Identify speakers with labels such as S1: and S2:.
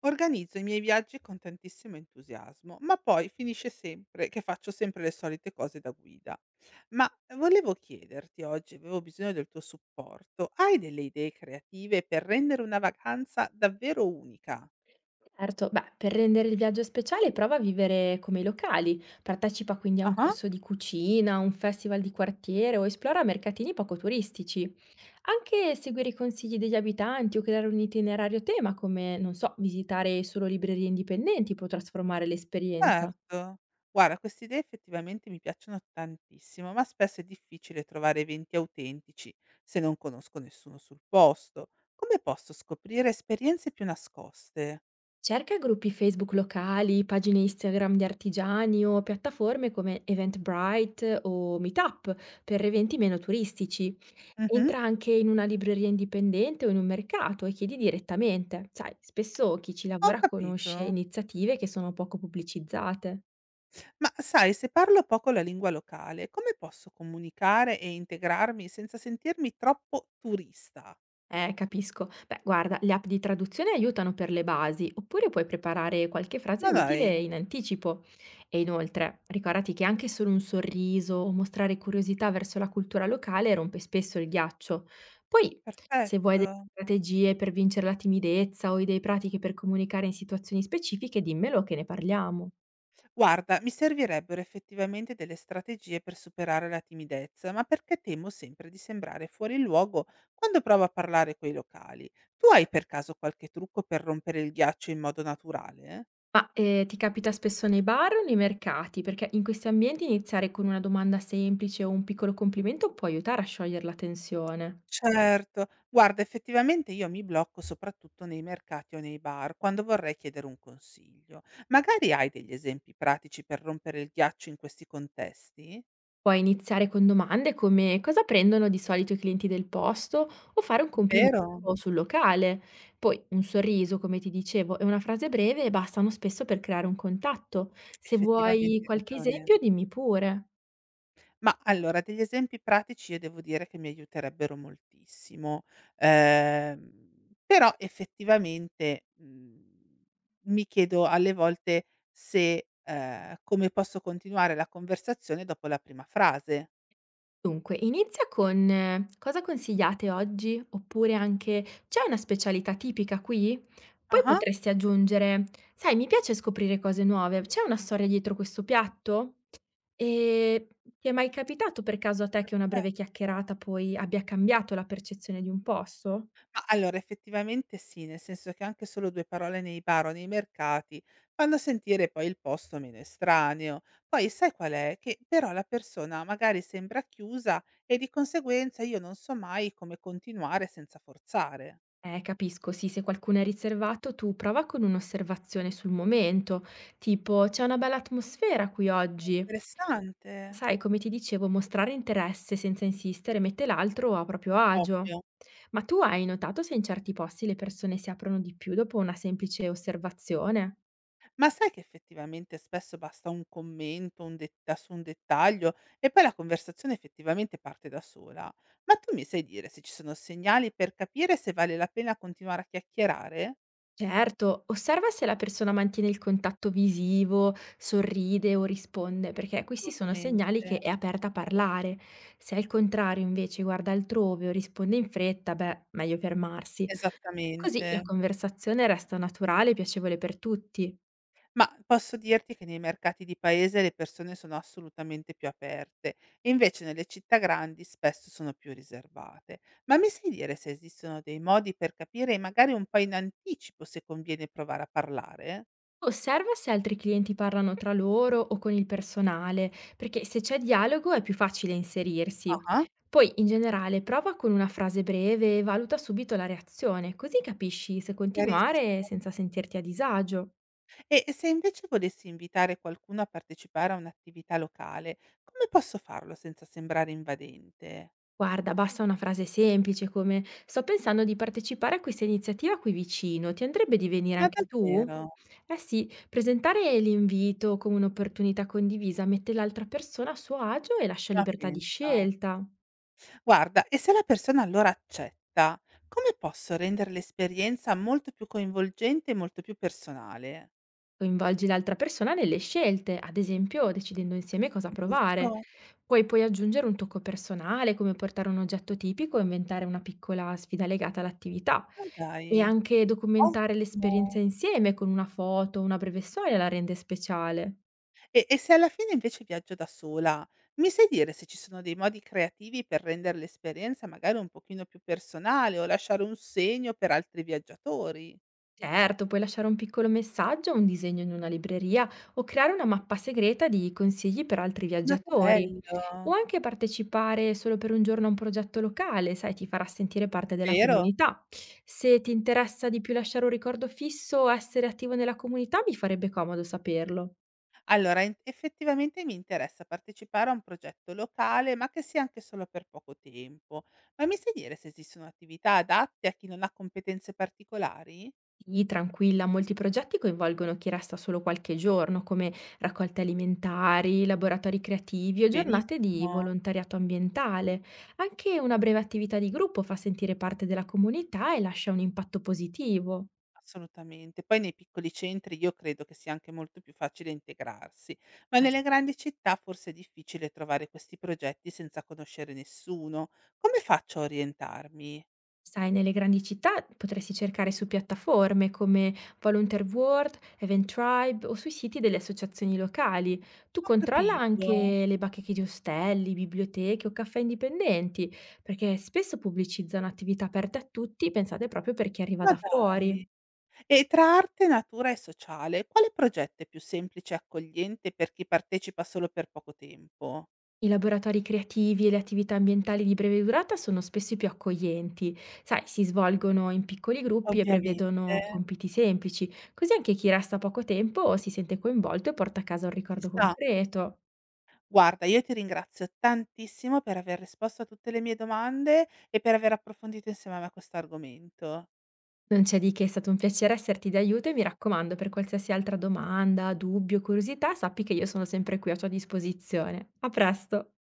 S1: Organizzo i miei viaggi con tantissimo entusiasmo, ma poi finisce sempre che faccio sempre le solite cose da guida. Ma volevo chiederti oggi, avevo bisogno del tuo supporto, hai delle idee creative per rendere una vacanza davvero unica?
S2: Certo, beh, per rendere il viaggio speciale prova a vivere come i locali, partecipa quindi a un
S1: Ah-ah.
S2: corso di cucina, un festival di quartiere o esplora mercatini poco turistici. Anche seguire i consigli degli abitanti o creare un itinerario a tema come, non so, visitare solo librerie indipendenti può trasformare l'esperienza.
S1: Certo. Guarda, queste idee effettivamente mi piacciono tantissimo, ma spesso è difficile trovare eventi autentici se non conosco nessuno sul posto. Come posso scoprire esperienze più nascoste?
S2: Cerca gruppi Facebook locali, pagine Instagram di artigiani o piattaforme come Eventbrite o Meetup per eventi meno turistici.
S1: Mh-mh,
S2: Entra anche in una libreria indipendente o in un mercato e chiedi direttamente. Sai, spesso chi ci
S1: ho
S2: lavora conosce
S1: capito.
S2: iniziative che sono poco pubblicizzate.
S1: Ma sai, se parlo poco la lingua locale, come posso comunicare e integrarmi senza sentirmi troppo turista?
S2: Capisco. Beh, guarda, le app di traduzione aiutano per le basi, oppure puoi preparare qualche frase
S1: Ma
S2: utile
S1: dai,
S2: in anticipo. E inoltre, ricordati che anche solo un sorriso o mostrare curiosità verso la cultura locale rompe spesso il ghiaccio. Poi, se vuoi delle
S1: perfetto.
S2: strategie per vincere la timidezza o idee pratiche per comunicare in situazioni specifiche, dimmelo che ne parliamo.
S1: Guarda, mi servirebbero effettivamente delle strategie per superare la timidezza, ma perché temo sempre di sembrare fuori luogo quando provo a parlare coi locali. Tu hai per caso qualche trucco per rompere il ghiaccio in modo naturale?
S2: Ma, ti capita spesso nei bar o nei mercati? Perché in questi ambienti iniziare con una domanda semplice o un piccolo complimento può aiutare a sciogliere la tensione.
S1: Certo. Guarda, effettivamente io mi blocco soprattutto nei mercati o nei bar, quando vorrei chiedere un consiglio. Magari hai degli esempi pratici per rompere il ghiaccio in questi contesti?
S2: Puoi iniziare con domande come: "Cosa prendono di solito i clienti del posto?" O fare un complimento
S1: Vero?
S2: sul locale. Poi un sorriso, come ti dicevo, e una frase breve bastano spesso per creare un contatto. Se
S1: Effettivamente
S2: vuoi
S1: hai
S2: qualche
S1: ragione.
S2: esempio dimmi pure.
S1: Ma allora, degli esempi pratici io devo dire che mi aiuterebbero moltissimo. Però effettivamente, mi chiedo alle volte se come posso continuare la conversazione dopo la prima frase.
S2: Dunque, inizia con cosa consigliate oggi? Oppure anche c'è una specialità tipica qui? Poi
S1: Ah-ah.
S2: potresti aggiungere, sai, mi piace scoprire cose nuove, c'è una storia dietro questo piatto? E ti è mai capitato per caso a te che una
S1: Perfetto.
S2: breve chiacchierata poi abbia cambiato la percezione di un posto?
S1: Ma allora effettivamente sì, nel senso che anche solo 2 parole nei bar o nei mercati fanno sentire poi il posto meno estraneo. Poi sai qual è? Che però la persona magari sembra chiusa e di conseguenza io non so mai come continuare senza forzare.
S2: Capisco, sì, se qualcuno è riservato, tu prova con un'osservazione sul momento, tipo c'è una bella atmosfera qui
S1: È
S2: oggi.
S1: interessante.
S2: Sai, come ti dicevo, mostrare interesse senza insistere mette l'altro a proprio agio.
S1: Ovvio.
S2: Ma tu hai notato se in certi posti le persone si aprono di più dopo una semplice osservazione?
S1: Ma sai che effettivamente spesso basta un commento, un detta su un dettaglio e poi la conversazione effettivamente parte da sola? Ma tu mi sai dire se ci sono segnali per capire se vale la pena continuare a chiacchierare?
S2: Certo, osserva se la persona mantiene il contatto visivo, sorride o risponde, perché questi sono
S1: Assolutamente,
S2: segnali che è aperta a parlare. Se al contrario invece guarda altrove o risponde in fretta, beh, meglio fermarsi. Così la
S1: esattamente.
S2: conversazione resta naturale e piacevole per tutti.
S1: Ma posso dirti che nei mercati di paese le persone sono assolutamente più aperte, e invece nelle città grandi spesso sono più riservate. Ma mi sai dire se esistono dei modi per capire magari un po' in anticipo se conviene provare a parlare?
S2: Osserva se altri clienti parlano tra loro o con il personale, perché se c'è dialogo è più facile inserirsi.
S1: Ah-ah,
S2: Poi, in generale, prova con una frase breve e valuta subito la reazione, così capisci se continuare
S1: chiarissimo.
S2: senza sentirti a disagio.
S1: E se invece volessi invitare qualcuno a partecipare a un'attività locale, come posso farlo senza sembrare invadente?
S2: Guarda, basta una frase semplice come sto pensando di partecipare a questa iniziativa qui vicino, ti andrebbe di venire
S1: Ma
S2: anche tu?
S1: davvero?
S2: Eh sì, presentare l'invito come un'opportunità condivisa mette l'altra persona a suo agio e lascia
S1: Ma
S2: libertà di
S1: pensa.
S2: scelta.
S1: Guarda, e se la persona allora accetta, come posso rendere l'esperienza molto più coinvolgente e molto più personale?
S2: Coinvolgi l'altra persona nelle scelte, ad esempio decidendo insieme cosa provare.
S1: Giusto?
S2: Puoi poi aggiungere un tocco personale, come portare un oggetto tipico o inventare una piccola sfida legata all'attività.
S1: Ma
S2: E
S1: dai,
S2: anche documentare l'esperienza
S1: ottimo.
S2: insieme con una foto o una breve storia la rende speciale.
S1: E se alla fine invece viaggio da sola, mi sai dire se ci sono dei modi creativi per rendere l'esperienza magari un pochino più personale o lasciare un segno per altri viaggiatori?
S2: Certo, puoi lasciare un piccolo messaggio, un disegno in una libreria o creare una mappa segreta di consigli per altri
S1: Ma che
S2: viaggiatori. O
S1: bello,
S2: anche partecipare solo per un giorno a un progetto locale, sai, ti farà sentire parte della
S1: vero?
S2: comunità. Se ti interessa di più lasciare un ricordo fisso o essere attivo nella comunità, mi farebbe comodo saperlo.
S1: Allora, effettivamente mi interessa partecipare a un progetto locale, ma che sia anche solo per poco tempo. Ma mi sai dire se esistono attività adatte a chi non ha competenze particolari?
S2: Sì, tranquilla, molti progetti coinvolgono chi resta solo qualche giorno, come raccolte alimentari, laboratori creativi o giornate di
S1: Benissimo.
S2: volontariato ambientale. Anche una breve attività di gruppo fa sentire parte della comunità e lascia un impatto positivo.
S1: Assolutamente. Poi nei piccoli centri io credo che sia anche molto più facile integrarsi, ma
S2: Sì.
S1: nelle grandi città forse è difficile trovare questi progetti senza conoscere nessuno. Come faccio a orientarmi?
S2: Sai, nelle grandi città potresti cercare su piattaforme come Volunteer World, Event Tribe o sui siti delle associazioni locali. Tu
S1: Ho
S2: controlla
S1: capito.
S2: anche le bacheche di ostelli, biblioteche o caffè indipendenti, perché spesso pubblicizzano attività aperte a tutti pensate proprio per chi arriva
S1: Ma
S2: da fuori.
S1: dai. E tra arte, natura e sociale, quale progetto è più semplice e accogliente per chi partecipa solo per poco tempo?
S2: I laboratori creativi e le attività ambientali di breve durata sono spesso i più accoglienti. Sai, si svolgono in piccoli gruppi e
S1: Ovviamente,
S2: prevedono compiti semplici, così anche chi resta poco tempo si sente coinvolto e porta a casa un
S1: ci
S2: ricordo
S1: sta.
S2: concreto.
S1: Guarda, io ti ringrazio tantissimo per aver risposto a tutte le mie domande e per aver approfondito insieme a me questo argomento.
S2: Non c'è di che, è stato un piacere esserti d'aiuto e mi raccomando, per qualsiasi altra domanda, dubbio, curiosità, sappi che io sono sempre qui a tua disposizione. A presto!